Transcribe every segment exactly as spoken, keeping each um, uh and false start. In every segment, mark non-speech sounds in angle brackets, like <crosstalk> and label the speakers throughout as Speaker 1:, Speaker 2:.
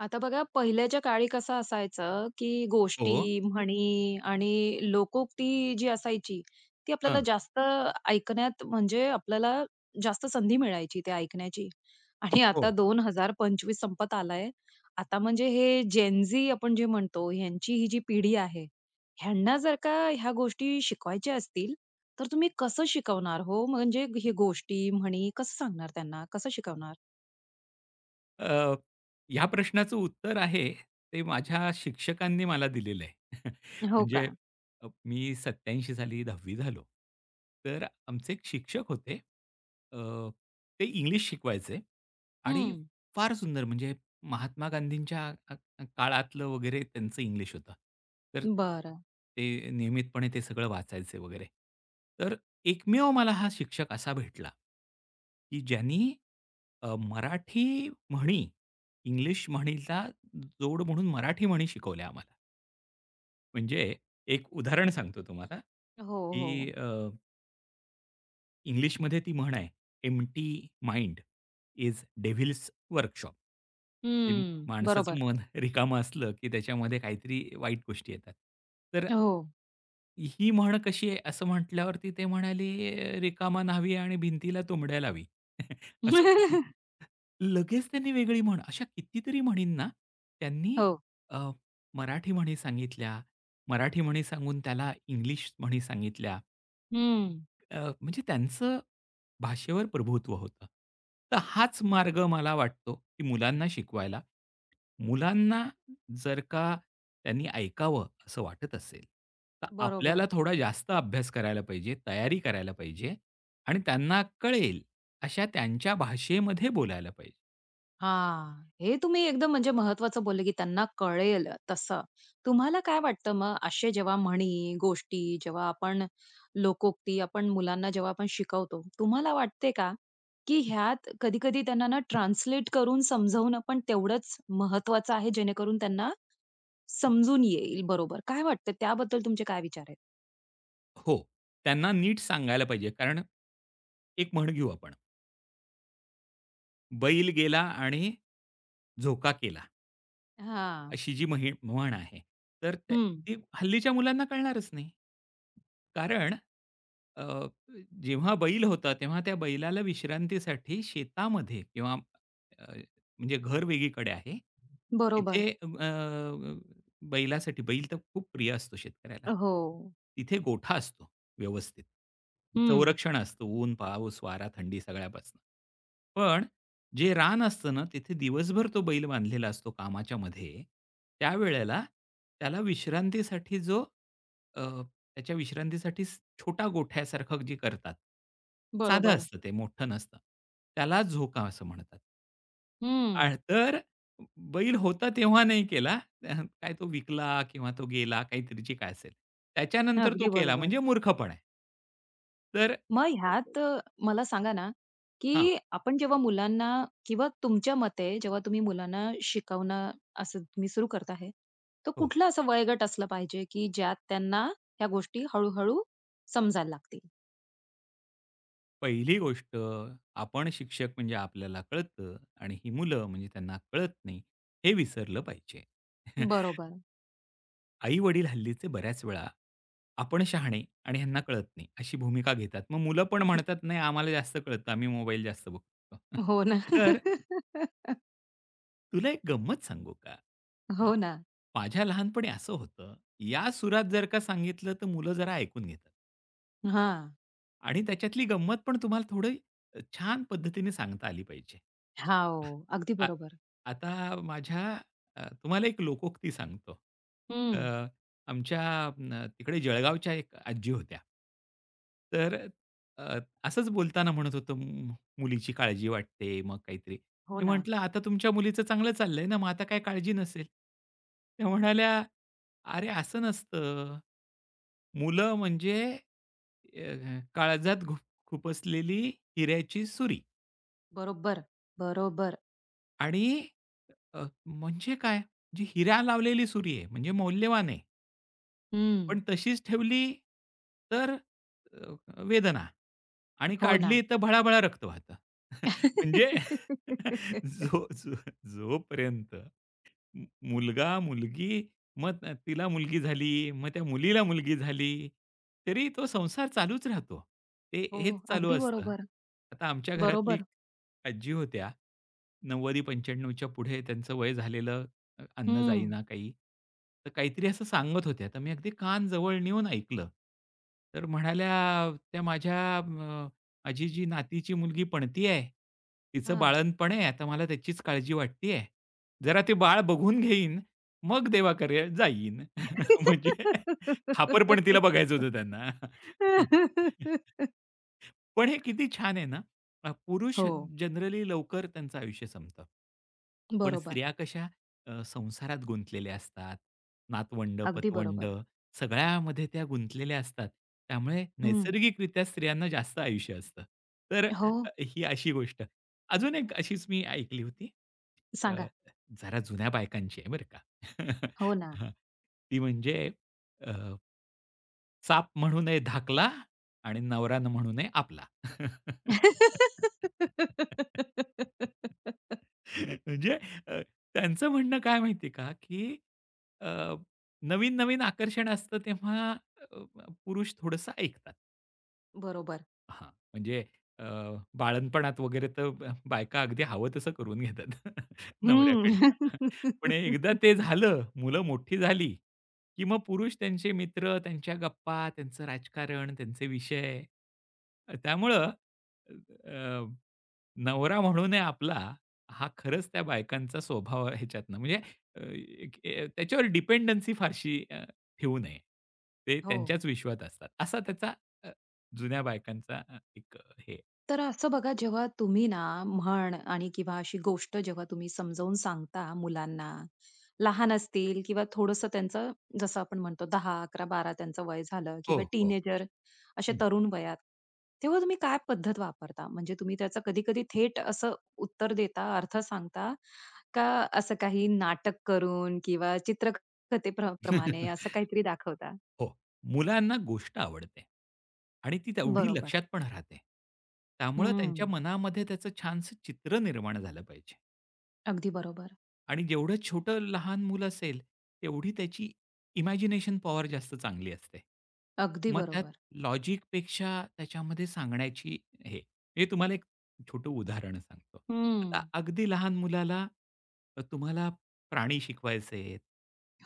Speaker 1: आता बघा पहिल्याच्या काळी कसं असायचं, की
Speaker 2: हो.
Speaker 1: गोष्टी, म्हणी आणि लोकोक्ती जी असायची, ती आपल्याला
Speaker 2: हां.
Speaker 1: जास्त ऐकण्यात म्हणजे आपल्याला जास्त संधी मिळायची ते ऐकण्याची. आणि
Speaker 2: हो.
Speaker 1: आता दोन हजार पंचवीस संपत आलाय. आता म्हणजे हे जेन झी आपण जे म्हणतो, ह्यांची ही जी पिढी आहे, ह्यांना जर का ह्या गोष्टी शिकवायच्या असतील, तर तुम्ही कसं शिकवणार हो? म्हणजे हे गोष्टी, म्हणी कसं सांगणार त्यांना? कसं शिकवणार?
Speaker 2: अ, ह्या प्रश्नाचं उत्तर आहे, ते माझ्या शिक्षकांनी मला दिलेलं आहे. <laughs>
Speaker 1: हो
Speaker 2: म्हणजे
Speaker 1: का?
Speaker 2: अ, मी सत्त्याऐंशी साली दहावी झालो. तर आमचे एक शिक्षक होते. अ, ते इंग्लिश शिकवायचे आणि
Speaker 1: हं,
Speaker 2: फार सुंदर म्हणजे महात्मा गांधींच्या अ, अ, काळातलं वगैरे त्यांचं इंग्लिश होतं. तर
Speaker 1: बरं.
Speaker 2: ते नियमितपणे ते सगळं वाचायचे वगैरे. तर एकमेव मला हा शिक्षक असा भेटला, की ज्यांनी अ, मराठी म्हणी, इंग्लिश म्हणीला जोड म्हणून मराठी म्हणी शिकवल्या आम्हाला. म्हणजे एक उदाहरण सांगतो तुम्हाला,
Speaker 1: हो, हो.
Speaker 2: की इंग्लिशमध्ये ती म्हण आहे, empty mind is devil's workshop. ते
Speaker 1: हं,
Speaker 2: माणसाचं
Speaker 1: बरोबर.
Speaker 2: मन रिकामं असलं, की त्याच्यामध्ये काहीतरी वाईट गोष्टी येतात. तर
Speaker 1: हो.
Speaker 2: ही म्हण कशी आहे असं म्हटल्यावरती ते म्हणाले, "रिकामा न्हावी आणि भिंतीला तोंबड्या लावी." <laughs> असं.
Speaker 1: <laughs>
Speaker 2: लगेच त्यांनी वेगळी म्हण अशा कितीतरी म्हणींना त्यांनी
Speaker 1: हो.
Speaker 2: अ, मराठी म्हणी सांगितल्या. मराठी म्हणी सांगून त्याला इंग्लिश म्हणी सांगितल्या.
Speaker 1: हं,
Speaker 2: अ, म्हणजे त्यांचं भाषेवर प्रभुत्व होतं. तर हाच मार्ग मला वाटतो, की मुलांना शिकवायला. मुलांना जर का त्यांनी ऐकावं असं वाटत असेल, तर आपल्याला
Speaker 1: बरोबर.
Speaker 2: थोडा जास्त अभ्यास करायला पाहिजे, तयारी करायला पाहिजे आणि त्यांना कळेल अशा त्यांच्या भाषेमध्ये बोलायला पाहिजे.
Speaker 1: हां, हे तुम्ही एकदम म्हणजे महत्वाचं बोलले, की त्यांना कळेल तसं. तुम्हाला काय वाटतं मग असे जेव्हा म्हणी, गोष्टी जेव्हा आपण लोकोक्ती आपण मुलांना जेव्हा आपण शिकवतो, तुम्हाला वाटते का, की ह्यात कधी-कधी त्यांना ना ट्रान्सलेट करून समजवणं पण तेवढंच महत्वाचं आहे, जेणेकरून त्यांना समजून येईल बरोबर. काय वाटतं त्याबद्दल तुमचे काय विचार आहेत?
Speaker 2: हो, त्यांना नीट सांगायला पाहिजे कारण एक म्हण घेऊ आपण, "बैल गेला आणि झोका केला."
Speaker 1: हां.
Speaker 2: अशी जी म्हण म्हण आहे. तर त्या
Speaker 1: हं.
Speaker 2: ती हल्लीच्या मुलांना कळणारच नाही. कारण अ, जेव्हा बैल होता, तेव्हा त्या बैलाला विश्रांतीसाठी शेतामध्ये किंवा अ, म्हणजे घर वेगळीकडे आहे.
Speaker 1: बरोबर.
Speaker 2: तिथे अ, अ, बैलासाठी बैल तर खूप प्रिय असतो शेतकऱ्याला.
Speaker 1: हो.
Speaker 2: तिथे गोठा असतो व्यवस्थित.
Speaker 1: हं.
Speaker 2: संरक्षण असतं ऊन, पाऊस, वारा, थंडी सगळ्यापासून. पण जे रान असतं ना, तिथे दिवसभर तो बैल बांधलेला असतो कामाच्यामध्ये. त्यावेळेला त्याला विश्रांतीसाठी जो अ, त्याच्या विश्रांतीसाठी स- छोटा गोठ्यासारखं जे करतात. साधं
Speaker 1: बरोबर.
Speaker 2: असतं ते, मोठं नसतं. त्याला झोका असं म्हणतात.
Speaker 1: हं.
Speaker 2: आह, तर बैल होता तेव्हा नाही केला. त्या- काय तो विकला किंवा तो गेला काहीतरी जे काय असेल. त्याच्यानंतर तो
Speaker 1: अगदी
Speaker 2: केला
Speaker 1: बरोबर.
Speaker 2: म्हणजे मूर्खपण आहे. तर
Speaker 1: मग ह्यात अ, मला सांगा ना, की
Speaker 2: हां,
Speaker 1: आपण जेव्हा मुलांना किंवा तुमच्या मते जेव्हा तुम्ही मुलांना शिकवणं असं तुम्ही सुरू करत आहे, तर
Speaker 2: हो.
Speaker 1: कुठला असा वयोगट असला पाहिजे, की ज्यात त्यांना ह्या गोष्टी हळू समजायला लागतील?
Speaker 2: पहिली गोष्ट आपण शिक्षक म्हणजे आपल्याला कळतं आणि ही मुलं म्हणजे त्यांना कळत नाही, हे विसरलं पाहिजे. <laughs>
Speaker 1: बरोबर.
Speaker 2: आई-वडील हल्लीचे बऱ्याच वेळा, आपण शहाणे आणि ह्यांना कळत नाही अशी भूमिका घेतात. मग मुलं पण
Speaker 1: हं,
Speaker 2: म्हणतात, "नाही आम्हाला जास्त कळतं, आम्ही मोबाईल जास्त बघतो."
Speaker 1: हो
Speaker 2: <laughs>
Speaker 1: ना.
Speaker 2: तर
Speaker 1: <laughs>
Speaker 2: तुला एक गंमत सांगू का?
Speaker 1: हो ना.
Speaker 2: माझ्या लहानपणी असं होतं, या सुरात जर का सांगितलं तर मुलं जरा ऐकून घेतात.
Speaker 1: हां.
Speaker 2: आणि त्याच्यातली गंमत पण तुम्हाला थोडी अ, छान पद्धतीने सांगता आली पाहिजे.
Speaker 1: हो. अगदी
Speaker 2: आ
Speaker 1: बरोबर.
Speaker 2: आता माझ्या अ, तुम्हाला एक लोकोक्ती सांगतो. अ,
Speaker 1: हं.
Speaker 2: आमच्या अ, तिकडे जळगावच्या एक आजी होत्या. तर अ, असंच बोलताना म्हणत होतो, "मु मुलीची काळजी वाटते." मग काहीतरी.
Speaker 1: हो
Speaker 2: मी
Speaker 1: ना.
Speaker 2: म्हटलं, "आता तुमच्या मुलीचं चांगलं चाललंय ना, मग आता काय काळजी नसेल." त्या म्हणाल्या, "अरे असं नसतं. मुलं म्हणजे अ, काळजात घुप खुपसलेली हिऱ्याची सुरी
Speaker 1: बरोबर. बरोबर.
Speaker 2: आणि अ, म्हणजे काय? जी हिरा लावलेली सुरी आहे, म्हणजे मौल्यवान आहे.
Speaker 1: हं.
Speaker 2: पण तशीच ठेवली तर अ, वेदना आणि
Speaker 1: हो
Speaker 2: काढली
Speaker 1: ना.
Speaker 2: तर भळा-भळा रक्त वाहतं. <laughs> म्हणजे <laughs>
Speaker 1: <laughs>
Speaker 2: जो जो जोपर्यंत मु मुलगा-मुलगी, मग अ, तिला मुलगी झाली, मग त्या मुलीला मुलगी झाली, तरी तो संसार चालूच राहतो. ते
Speaker 1: हो,
Speaker 2: हेच चालू
Speaker 1: अगदी
Speaker 2: असतं.
Speaker 1: बरोबर.
Speaker 2: आता आमच्या घरातली एक
Speaker 1: बरोबर.
Speaker 2: आजी होत्या. नव्वद ते पंच्याण्णव च्या पुढे त्यांचं वय झालेलं, अ, अन्न
Speaker 1: हं.
Speaker 2: जाईना काही. तर काहीतरी असं सांगत होत्या. तर मी अगदी कान जवळ नेऊन ऐकलं. तर म्हणाल्या, "त्या माझ्या अ, आजीची नातीची मुलगी पणती आहे. तिचं
Speaker 1: हां.
Speaker 2: बाळंतपण आहे. आता मला त्याचीच काळजी वाटते जरा ते बाळ बघून घेईन, मग देवाकडे जाईन. <laughs> म्हणजे खापर पण तिला बघायचं
Speaker 1: <laughs>
Speaker 2: होतं त्यांना. <laughs> पण हे किती छान आहे ना, अ, पुरुष
Speaker 1: हो,
Speaker 2: जनरली लवकर त्यांचं आयुष्य संपतं. पण
Speaker 1: बरोबर.
Speaker 2: स्त्रिया कशा अ, संसारात गुंतलेल्या असतात.
Speaker 1: अगदी
Speaker 2: नातवंड-पतवंड
Speaker 1: बरोबर.
Speaker 2: सगळ्यामध्ये त्या गुंतलेल्या असतात. त्यामुळे
Speaker 1: हं.
Speaker 2: नैसर्गिकरित्या स्त्रियांना जास्त आयुष्य असतं. तर
Speaker 1: हो.
Speaker 2: अ, ही अशी गोष्ट. अजून एक अशीच मी ऐकली होती.
Speaker 1: सांगा.
Speaker 2: जरा जुन्या बायकांची आहे बरं का.
Speaker 1: हो
Speaker 2: <laughs>
Speaker 1: ना.
Speaker 2: हां. ती म्हणजे अ, "चाप म्हणू नये धाकला आणि नवरा न म्हणू नये आपला." <laughs>
Speaker 1: <laughs>
Speaker 2: म्हणजे अ, त्यांचं म्हणणं काय माहिती आहे का, की अ, नवीन-नवीन आकर्षण असतं तेव्हा अ, पुरुष थोडंसं ऐकतात.
Speaker 1: बरोबर.
Speaker 2: हां, म्हणजे अ, बाळंतपणात वगैरे तर ब बायका अगदी हवं तसं करून घेतात <laughs>
Speaker 1: हं.
Speaker 2: नवऱ्याकडनं. पण एकदा
Speaker 1: <laughs>
Speaker 2: ते झालं, मुलं मोठी झाली, की मग पुरुष त्यांचे मित्र, त्यांच्या गप्पा, त्यांचं राजकारण, त्यांचे विषय. अ, त्यामुळं अ, नवरा म्हणून आहे आपला, हा खरंच त्या बायकांचा स्वभाव आहे ह्याच्यातनं म्हणजे अ, एक अ, त्याच्यावर डिपेंडन्सी फारशी अ, ठेवू नये. ते
Speaker 1: हो.
Speaker 2: त्यांच्याच विश्वात असतात. असा त्याचा जुन्या बायकांचा अ, एक अ, हे.
Speaker 1: तर असं बघा जेव्हा तुम्ही ना म्हण आणि किंवा अशी गोष्ट जेव्हा तुम्ही समजावून सांगता मुलांना, लहान असतील किंवा थोडंसं त्यांचं जसं आपण म्हणतो दहा, अकरा, बारा त्यांचं वय झालं
Speaker 2: हो,
Speaker 1: किंवा
Speaker 2: हो.
Speaker 1: टीनेजर असे
Speaker 2: हं.
Speaker 1: तरुण वयात, तेव्हा तुम्ही काय पद्धत वापरता? म्हणजे तुम्ही त्याचं कधी-कधी थेट असं उत्तर देता, अर्थ सांगता का असं काही नाटक करून किंवा चित्रकथेप्र असं
Speaker 2: <laughs>
Speaker 1: काहीतरी दाखवता?
Speaker 2: हो. मुलांना गोष्ट आवडते आणि ती तेवढी
Speaker 1: बरोबर.
Speaker 2: लक्षात पण राहते. त्यामुळं
Speaker 1: हं.
Speaker 2: त्यांच्या मनामध्ये त्याचं छानसं चित्र निर्माण झालं पाहिजे.
Speaker 1: अगदी बरोबर.
Speaker 2: आणि जेवढं छोटं लहान मुलं असेल, तेवढी त्याची इमॅजिनेशन पॉवर जास्त चांगली असते.
Speaker 1: अगदी
Speaker 2: मग त्यात
Speaker 1: बरोबर.
Speaker 2: लॉजिकपेक्षा त्याच्यामध्ये सांगण्याची हे. मी तुम्हाला एक छोटं उदाहरण सांगतो.
Speaker 1: हं.
Speaker 2: आता अगदी लहान मुलाला अ, तुम्हाला प्राणी शिकवायचे आहेत.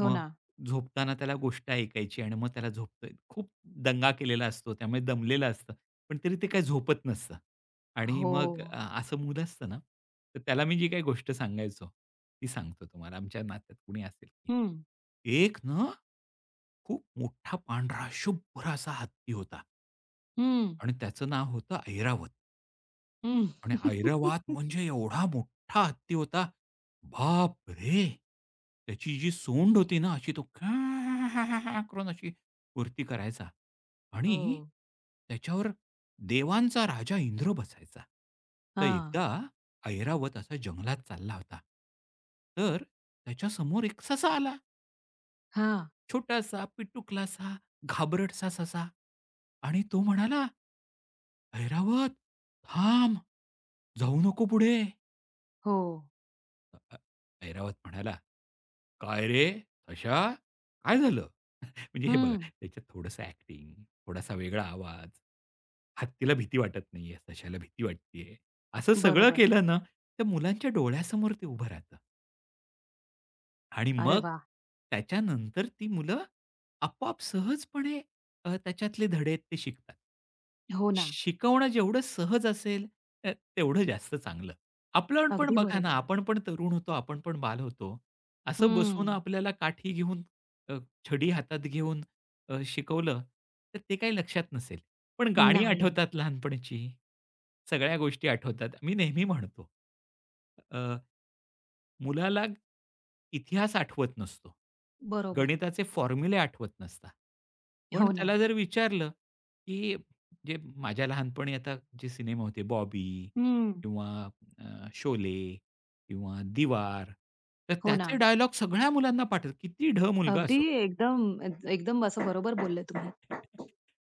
Speaker 1: हो
Speaker 2: मग
Speaker 1: ना.
Speaker 2: झोपताना त्याला गोष्ट ऐकायची आणि मग त्याला झोपतोय. खूप दंगा केलेला असतो, त्यामुळे दमलेलं असतं. पण तरी ते काही झोपत नसतं. आणि
Speaker 1: हो.
Speaker 2: मग अ, असं मूल असतं ना, तर त्याला मी जी काही गोष्ट सांगायचो, ती सांगतो तुम्हाला आमच्या नात्यात कुणी असेल की.
Speaker 1: हं,
Speaker 2: एक ना खूप मोठा पांढरा शुभ्र असा हत्ती होता
Speaker 1: हं,
Speaker 2: आणि त्याचं नाव होतं ऐरावत
Speaker 1: हं.
Speaker 2: आणि
Speaker 1: <laughs>
Speaker 2: ऐरावत म्हणजे एवढा मोठा हत्ती होता. बापरे! त्याची जी सोंड होती ना अशी तो <laughs> घां करून अशी वरती करायचा आणि
Speaker 1: हो.
Speaker 2: त्याच्यावर देवांचा राजा इंद्र बसायचा. तर
Speaker 1: हां,
Speaker 2: एकदा ऐरावत असा जंगलात चालला होता. तर त्याच्यासमोर एक ससा आला.
Speaker 1: हां.
Speaker 2: छोटासा, पिटुकलासा, घाबरटसा ससा. आणि तो म्हणाला, "ऐरावत, थांब. जाऊ नको पुढे."
Speaker 1: हो.
Speaker 2: अ, ऐरावत म्हणाला, "काय रे सश्या, काय झालं?" म्हणजे हे बघा,
Speaker 1: हं.
Speaker 2: त्याच्यात थोडंसं ॲक्टिंग, थोडासा वेगळा आवाज. हत्तीला भीती वाटत नाहीये, सश्याला भीती वाटतेय. असं सगळं
Speaker 1: बरोबर.
Speaker 2: केलं ना, त्या मुलांच्या डोळ्यासमोर ते उभं राहतं. आणि
Speaker 1: अरे
Speaker 2: मग
Speaker 1: वा,
Speaker 2: त्याच्यानंतर ती मुलं आपोआप सहजपणे अ, त्याच्यातले धडे आहेत ते शिकतात.
Speaker 1: हो ना.
Speaker 2: शिकवणं जेवढं सहज असेल अ, तेवढं जास्त चांगलं. आपलं पण
Speaker 1: अगदी
Speaker 2: बघा ना,
Speaker 1: बरोबर.
Speaker 2: आपण पण तरुण होतो, आपण पण बाल होतो. असं बसून
Speaker 1: हं.
Speaker 2: आपल्याला काठी घेऊन अ, छडी हातात घेऊन अ, शिकवलं, तर ते काही लक्षात नसेल. पण गाणी
Speaker 1: नाही.
Speaker 2: आठवतात लहानपणीची. सगळ्या गोष्टी आठवतात. मी नेहमी म्हणतो. मुलाला इतिहास आठवत नसतो.
Speaker 1: बरोबर.
Speaker 2: गणिताचे फॉर्म्युले आठवत नसतात. पण
Speaker 1: हो ना.
Speaker 2: त्याला जर विचारलं, की जे माझ्या लहानपणी आता जे सिनेमा होते बॉबी
Speaker 1: हं.
Speaker 2: किंवा अ, शोले किंवा दीवार, तर
Speaker 1: हो ना.
Speaker 2: त्याचे डायलॉग सगळ्या मुलांना पाठवतात. किती ढ मुलगा
Speaker 1: अगदी
Speaker 2: असो.
Speaker 1: एकदम, एकदम असं बरोबर बोलले तुम्ही.
Speaker 2: <laughs>